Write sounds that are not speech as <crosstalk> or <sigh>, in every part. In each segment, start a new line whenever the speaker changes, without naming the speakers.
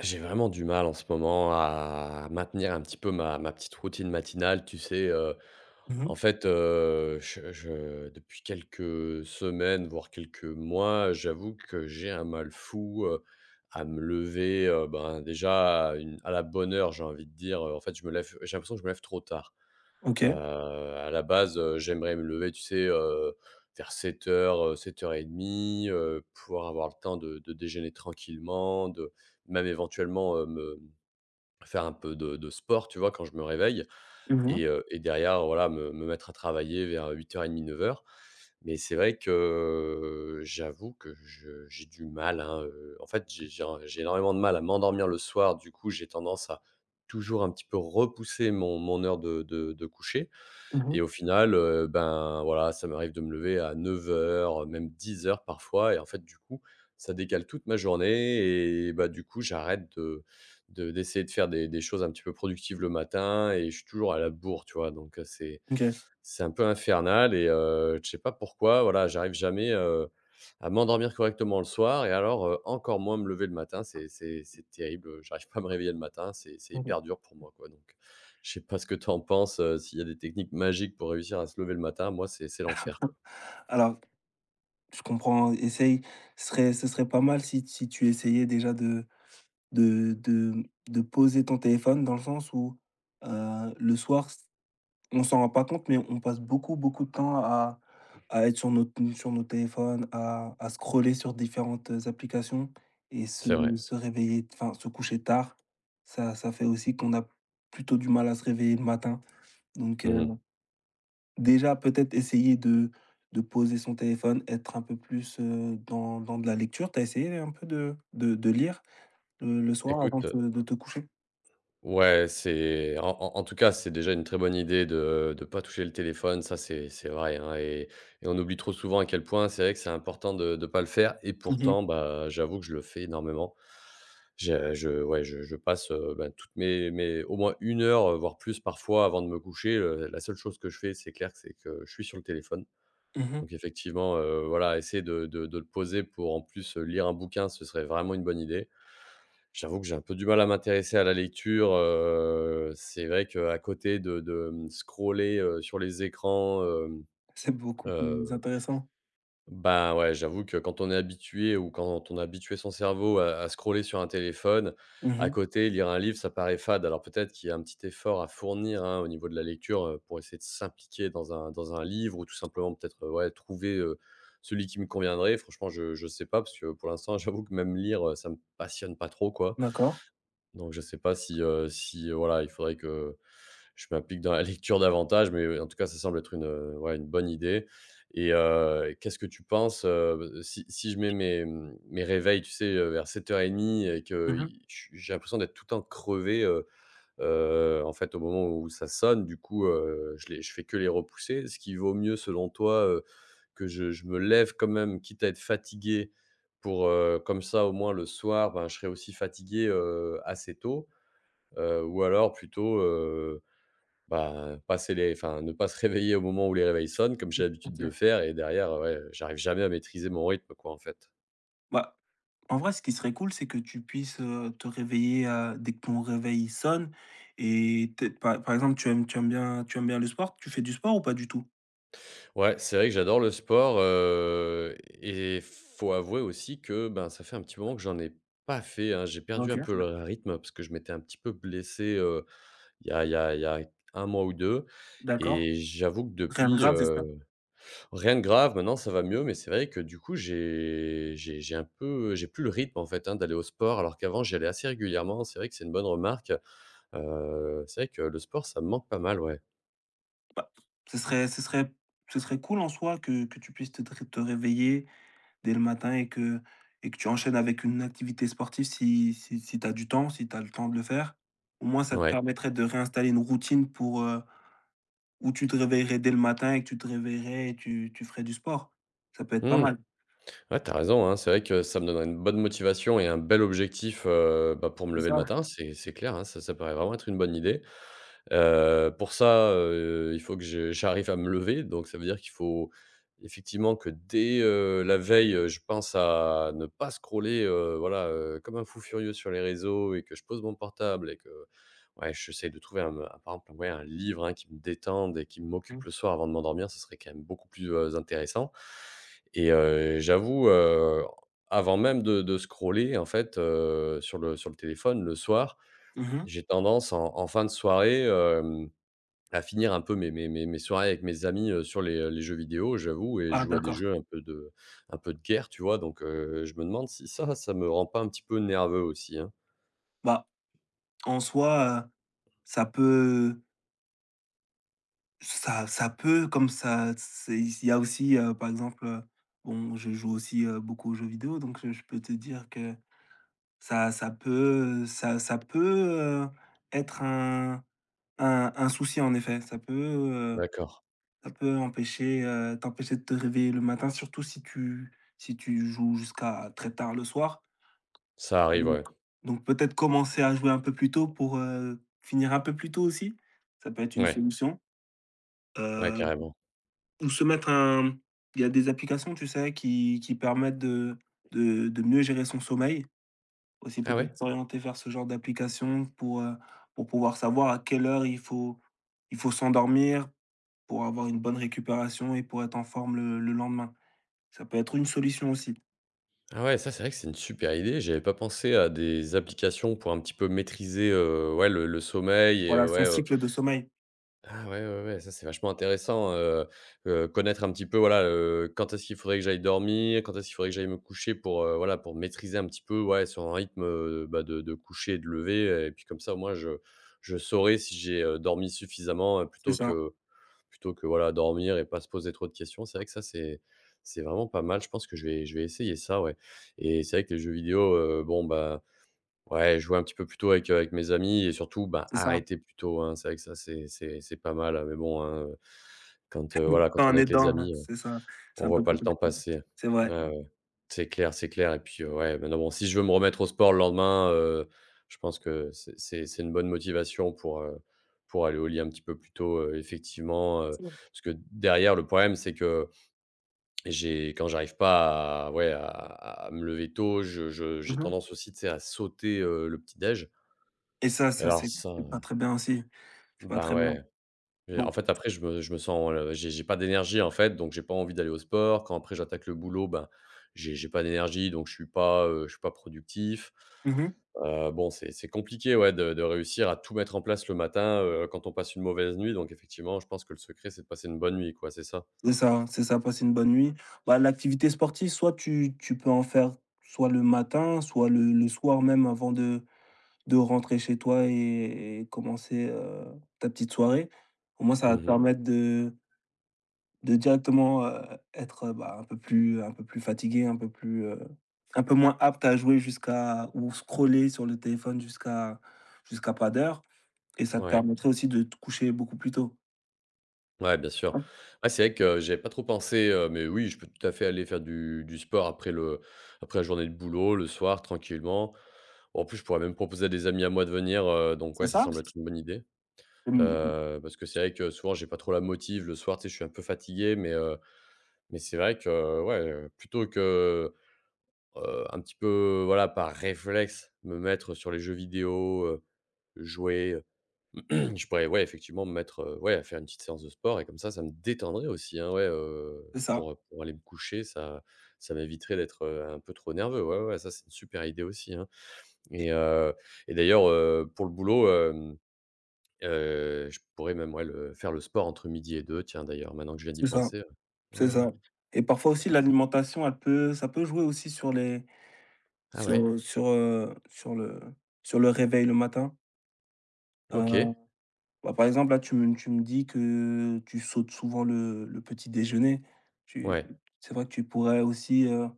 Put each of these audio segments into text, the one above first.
J'ai vraiment du mal en ce moment à maintenir un petit peu ma petite routine matinale, tu sais,
Mmh mh.
en fait, je depuis quelques semaines, voire quelques mois, j'avoue que j'ai un mal fou, à me lever, ben, déjà à la bonne heure, j'ai envie de dire, en fait, je me lève j'ai l'impression que je me lève trop tard. Heu,
OK.
à la base, j'aimerais me lever, tu sais, vers 7h 7:30, pouvoir avoir le temps de déjeuner tranquillement, de même éventuellement, me faire un peu de sport, tu vois, quand je me réveille
Mmh mh.
et derrière, voilà, me mettre à travailler vers 8h30, 9h. Mais c'est vrai que j'avoue que je j'ai du mal, hein, en fait, j'ai énormément de mal à m'endormir le soir. Du coup, j'ai tendance à toujours un petit peu repousser mon heure de coucher
Mmh
et
mh.
au final, ben, voilà, ça m'arrive de me lever à 9h, même 10h parfois et en fait, du coup, ça décale toute ma journée et bah, du coup, j'arrête de d'essayer de faire des choses un petit peu productives le matin et je suis toujours à la bourre, tu vois? Donc c'est
OK.
c'est un peu infernal et je sais pas pourquoi, voilà, j'arrive jamais, à m'endormir correctement le soir et alors, encore moins me lever le matin. C'est terrible, j'arrive pas à me réveiller le matin, c'est
OK.
hyper dur pour moi, quoi, donc je sais pas ce que tu en penses, s'il y a des techniques magiques pour réussir à se lever le matin, moi c'est l'enfer quoi.
Alors, je comprends, essaye ce serait pas mal si tu essayais déjà de de de poser ton téléphone dans le sens où, le soir, s on s'en rend pas compte, mais on passe beaucoup, beaucoup de temps à être sur nos t sur nos téléphones, à scroller sur différentes applications et
C'est vrai.
se réveiller enfin, se coucher tard, ça fait aussi qu'on a plutôt du mal à se réveiller le matin, donc
Mmh.
Déjà, peut-être essayer de poser son téléphone, être un peu plus, dans de la lecture. T'as essayé un peu de lire, le soir avant
Écoute,
de te coucher?
ouais, c'est en tout cas, c'est déjà une très bonne idée de pas toucher le téléphone, ça c'est vrai, hein et on oublie trop souvent à quel point c'est vrai que c'est important de pas le faire et
Mmh mh.
pourtant, bah, j'avoue que je le fais énormément. Je ouais, je passe, bah, toutes mes au moins une heure, voire plus parfois avant de me coucher, la seule chose que je fais, c'est clair que c'est que je suis sur le téléphone.
Mmh.
Donc effectivement, voilà, essayer de le poser pour, en plus, lire un bouquin, ce serait vraiment une bonne idée. J'avoue que j'ai un peu du mal à m'intéresser à la lecture, c'est vrai qu'à côté de, scroller, sur les écrans,
C'est beaucoup plus
heu
intéressant.
ben, ouais, j'avoue que quand on est habitué ou quand on a habitué son cerveau à scroller sur un téléphone, à
Mmh.
côté, lire un livre, ça paraît fade. Alors peut-être qu'il y a un petit effort à fournir, hein, au niveau de la lecture, pour essayer de s'impliquer dans un livre ou tout simplement peut-être, ouais, trouver, celui qui me conviendrait. Franchement, je sais pas parce que pour l'instant, <laughs> j'avoue que même lire, ça me passionne pas trop, quoi.
D'accord.
Donc je ne sais pas si, voilà, il faudrait que je m'applique dans la lecture davantage, mais, en tout cas, ça semble être une bonne idée et qu'est-ce que tu penses, si je mets mes réveils, tu sais, vers 07:30 et que
Mmh.
i je j'ai l'impression d'être tout le temps crevé. En fait, au moment où ça sonne, du coup, je fais que les repousser. Ce qui vaut mieux, selon toi, que je me lève quand même, quitte à être fatigué pour, comme ça, au moins, le soir, ben, je serai aussi fatigué, assez tôt? Ou alors plutôt, bah, passer les enfin, ne pas se réveiller au moment où les réveils sonnent, comme j'ai l'habitude de
OK.
faire et derrière, ouais, j'arrive jamais à maîtriser mon rythme, quoi, en fait?
Bah, en vrai, ce qui serait cool, c'est que tu puisses, te réveiller, dès que ton réveil sonne et peut par exemple, tu aimes tu aimes bien le sport? Tu fais du sport ou pas du tout?
Ouais, c'est vrai que j'adore le sport, et faut avouer aussi que, ben, ça fait un petit moment que j'en ai pas fait, hein. J'ai perdu
OK,
un peu le rythme parce que je m'étais un petit peu blessé, il y a il y a il y a 1 mois ou 2.
d'accord.
Et j'avoue que
Rien de
depuis,
grave, c'est ça.
rien de grave, maintenant ça va mieux, mais c'est vrai que du coup j'ai un peu j'ai plus le rythme en fait, hein, d'aller au sport alors qu'avant j'y allais assez régulièrement. C'est vrai que c'est une bonne remarque, c'est vrai que le sport ça me manque pas mal, ouais.
Bah, ce serait ce serait cool en soi que tu puisses te réveiller dès le matin et que tu enchaînes avec une activité sportive si tu as du temps, si tu as le temps de le faire. Au moins, ça te
Ouais.
permettrait de réinstaller une routine pour, où tu te réveillerais dès le matin et que tu te réveillerais et tu ferais du sport. Ça peut être pas
Mmh.
mal,
Ouais, t'as raison, hein. C'est vrai que ça me donnerait une bonne motivation et un bel objectif, bah, pour me
c'est
lever le
ça?
matin, c'est clair, hein. Ça paraît vraiment être une bonne idée. Pour ça, il faut que je j'arrive à me lever, donc ça veut dire qu'il faut effectivement que dès, la veille, je pense à ne pas scroller, voilà, comme un fou furieux sur les réseaux et que je pose mon portable et que ouais, j'essaie de trouver un me par exemple, ouais, un livre, hein, qui me détende et qui
Mmh.
m'occupe le soir avant de m'endormir, ce serait quand même beaucoup plus, intéressant. Et j'avoue, avant même de scroller en fait, sur le téléphone le soir,
Mmh.
j'ai tendance en fin de soirée, à finir un peu mes soirées avec mes amis, sur les jeux vidéo, j'avoue et je
Ah
joue à des
d'accord.
jeux un peu de guerre, tu vois? Donc je me demande si ça, ça me rend pas un petit peu nerveux aussi, hein?
Bah, en soi, ça peut ça peut, comme ça c'est il y a aussi, par exemple, bon, je joue aussi, beaucoup aux jeux vidéo, donc je peux te dire que ça peut, ça peut, être un un souci en effet.
D'accord,
Ça peut empêcher, t'empêcher de te réveiller le matin, surtout si tu si tu joues jusqu'à très tard le soir.
ça arrive,
Donc
ouais.
peut-être commencer à jouer un peu plus tôt pour, finir un peu plus tôt aussi. Ça peut être une
Ouais,
solution,
ouais,
heu
carrément.
Ou se mettre un il y a des applications, tu sais, qui permettent de mieux gérer son sommeil. Aussi
Ah ouais?
peut-être s'orienter vers ce genre d'application pour pouvoir savoir à quelle heure il faut s'endormir pour avoir une bonne récupération et pour être en forme le lendemain. Ça peut être une solution aussi.
Ah ouais, ça, c'est vrai que c'est une super idée. J'avais pas pensé à des applications pour un petit peu maîtriser, ouais, le sommeil et
Voilà, son
ouais,
cycle de sommeil,
ah ouais, ouais, ouais, ça c'est vachement intéressant, connaître un petit peu, voilà, quand est-ce qu'il faudrait que j'aille dormir, quand est-ce qu'il faudrait que j'aille me coucher pour, voilà, pour maîtriser un petit peu, ouais, sur un rythme, bah, de coucher et de lever, et puis comme ça, au moins, je saurais si j'ai, dormi suffisamment,
c'est
plutôt
ça,
que dormir et pas se poser trop de questions. C'est vrai que ça, c'est vraiment pas mal. Je pense que je vais essayer ça, ouais, et c'est vrai que les jeux vidéo, bon, bah, ouais, jouer un petit peu plus tôt avec mes amis et surtout, bah,
c'est ça.
arrêter plus tôt, hein. C'est vrai que ça, c'est pas mal, hein. Mais bon, hein, quand, heu,
<laughs>
voilà, quand
Quand
on
on
est
est
avec les
dedans, hein,
amis,
c'est ça, c'est
on
un
voit
peu
pas
plus
le temps
compliqué.
passer.
C'est vrai.
Ouais, ouais. C'est clair et puis, ouais, maintenant bon, si je veux me remettre au sport le lendemain, je pense que c'est une bonne motivation pour, pour aller au lit un petit peu plus tôt, effectivement, parce que derrière le problème, c'est que j'ai quand j'arrive pas à ouais, à me lever tôt, je j'ai
Mmh.
tendance aussi, tu sais, à sauter, le petit déj.
Et ça,
Et alors
c'est
ça,
pas très bien aussi, c'est pas
ben,
très bien.
ouais. Et en
Bon.
fait, après, je me sens, j'ai pas d'énergie, en fait, donc j'ai pas envie d'aller au sport. Quand après j'attaque le boulot, ben, j'ai pas d'énergie, donc je suis pas, je suis pas productif.
Mmh.
Bon, c'est compliqué, ouais, de réussir à tout mettre en place le matin, quand on passe une mauvaise nuit, donc effectivement, je pense que le secret, c'est de passer une bonne nuit, quoi, c'est ça?
C'est ça, passer une bonne nuit. Bah, l'activité sportive, soit tu peux en faire soit le matin, soit le soir même avant de rentrer chez toi et commencer, ta petite soirée. Au moins, ça va te
Mhm.
permettre de directement, être, bah, un peu plus fatigué, un peu plus, un peu moins apte à jouer jusqu'à ou scroller sur le téléphone jusqu'à pas d'heure et ça te
Ouais.
permettrait aussi de te coucher beaucoup plus tôt.
Ouais, bien sûr. Ah, c'est vrai que j'avais pas trop pensé, mais oui, je peux tout à fait aller faire du sport après la journée de boulot, le soir, tranquillement. Bon, en plus, je pourrais même proposer à des amis à moi de venir, donc
C'est
ouais, ça
ça,
semble être une bonne idée.
mmh,
Parce que c'est vrai que souvent, j'ai pas trop la motive le soir, tu sais, je suis un peu fatigué, mais mais c'est vrai que, ouais, plutôt que, un petit peu, voilà, par réflexe, me mettre sur les jeux vidéo, jouer, <clears throat> je pourrais, ouais, effectivement me mettre, ouais, à faire une petite séance de sport et comme ça me détendrait aussi, hein, ouais,
c'est ça.
pour aller me coucher, ça m'éviterait d'être, un peu trop nerveux. Ouais, ouais, ouais, ça, c'est une super idée aussi, hein
Et
et heu et d'ailleurs, pour le boulot, je pourrais même, ouais, le faire le sport entre midi et deux tiens, d'ailleurs, maintenant que je viens d'y
c'est ça,
penser, ouais,
c'est
ouais. Ouais.
ça. Et parfois aussi l'alimentation, elle peut ça peut jouer aussi sur les
Ah ouais,
sur sur, heu, sur le sur le réveil le matin. Heu,
OK,
bah, par exemple, là, tu me dis que tu sautes souvent le petit déjeuner. Tu
ouais,
C'est vrai que tu pourrais aussi,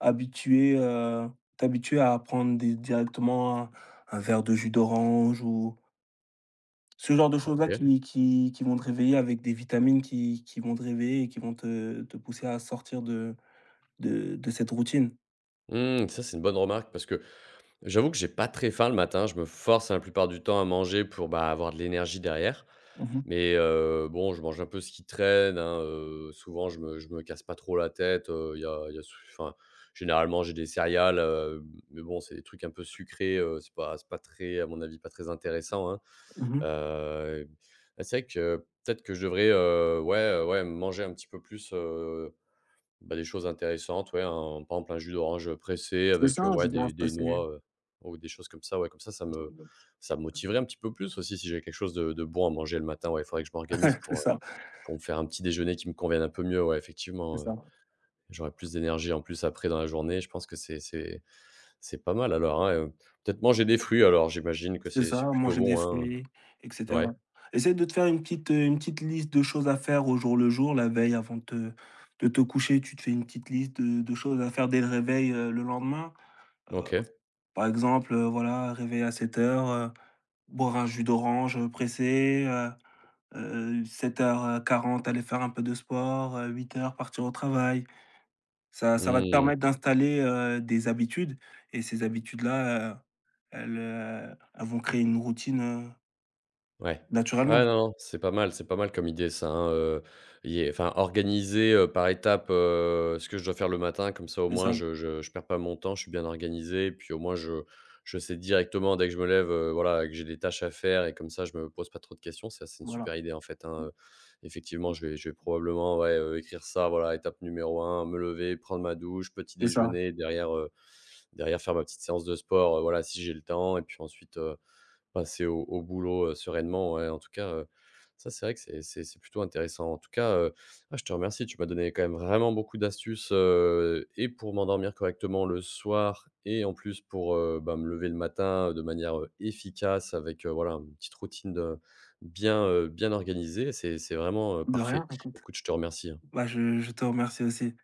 habituer, t'habituer à prendre des directement un verre de jus d'orange ou ce genre de choses-là
OK.
qui qui vont te réveiller avec des vitamines qui vont te réveiller et qui vont te pousser à sortir de cette routine.
Mmh, ça, c'est une bonne remarque parce que j'avoue que j'ai pas très faim le matin. Je me force, hein, la plupart du temps à manger pour, bah, avoir de l'énergie derrière.
Mmh mh,
Mais bon, je mange un peu ce qui traîne, hein, souvent je me casse pas trop la tête, il y a y a sou enfin, généralement j'ai des céréales, mais bon, c'est des trucs un peu sucrés, c'est pas très à mon avis, pas très intéressant, hein.
mmh.
Heu, Bah, c'est vrai que peut-être que je devrais, ouais, manger un petit peu plus, bah, des choses intéressantes, ouais, un par exemple un jus d'orange, pressé
C'est
avec,
ça, je
ouais
dois
des
passer.
noix, ou des choses comme ça, ouais, comme ça, ça me motiverait un petit peu plus aussi si j'ai quelque chose de bon à manger le matin, ouais, il faudrait que je
<laughs>
m'organise
C'est
pour, heu,
ça,
pour me faire un petit déjeuner qui me convienne un peu mieux, ouais,
c'est
effectivement,
ça,
j'aurais plus d'énergie en plus après dans la journée, je pense que c'est pas mal alors, hein, peut-être manger des fruits alors j'imagine que
c'est
c'est
ça,
plutôt
manger des
bon, hein?
fruits et cetera.
Ouais,
Essaie de te faire une petite liste de choses à faire au jour le jour, la veille avant de te coucher, tu te fais une petite liste de choses à faire dès le réveil, le lendemain. Heu,
OK.
par exemple, voilà, réveil à 07:00, boire un jus d'orange, pressé, 07:40 aller faire un peu de sport, 08:00 partir au travail. Ça va te
Mmh.
permettre d'installer, des habitudes et ces habitudes-là, elles, elles vont créer une routine,
Ouais. Ouais,
naturellement.
non, non, c'est pas mal comme idée ça, hein, il est enfin organiser, par étapes, ce que je dois faire le matin comme ça au
C'est
moins
ça,
je perds pas mon temps, je suis bien organisé et puis au moins je sais directement dès que je me lève, voilà, que j'ai des tâches à faire et comme ça je me pose pas trop de questions. Ça, c'est une
voilà.
super idée en fait, hein, effectivement je vais probablement, ouais, écrire ça, voilà, étape numéro un, me lever, prendre ma douche, petit
C'est ça.
déjeuner, derrière, derrière faire ma petite séance de sport, voilà, si j'ai le temps et puis ensuite, passer au boulot, sereinement, ouais, en tout cas, ça, c'est vrai que c'est plutôt intéressant. En tout cas, ah, je te remercie, tu m'as donné quand même vraiment beaucoup d'astuces, et pour m'endormir correctement le soir et en plus pour, bah, me lever le matin, de manière, efficace avec, voilà, une petite routine de bien organisée. C'est vraiment,
De rien,
parfait.
écoute.
Écoute, je te remercie, hein.
Bah, je te remercie aussi.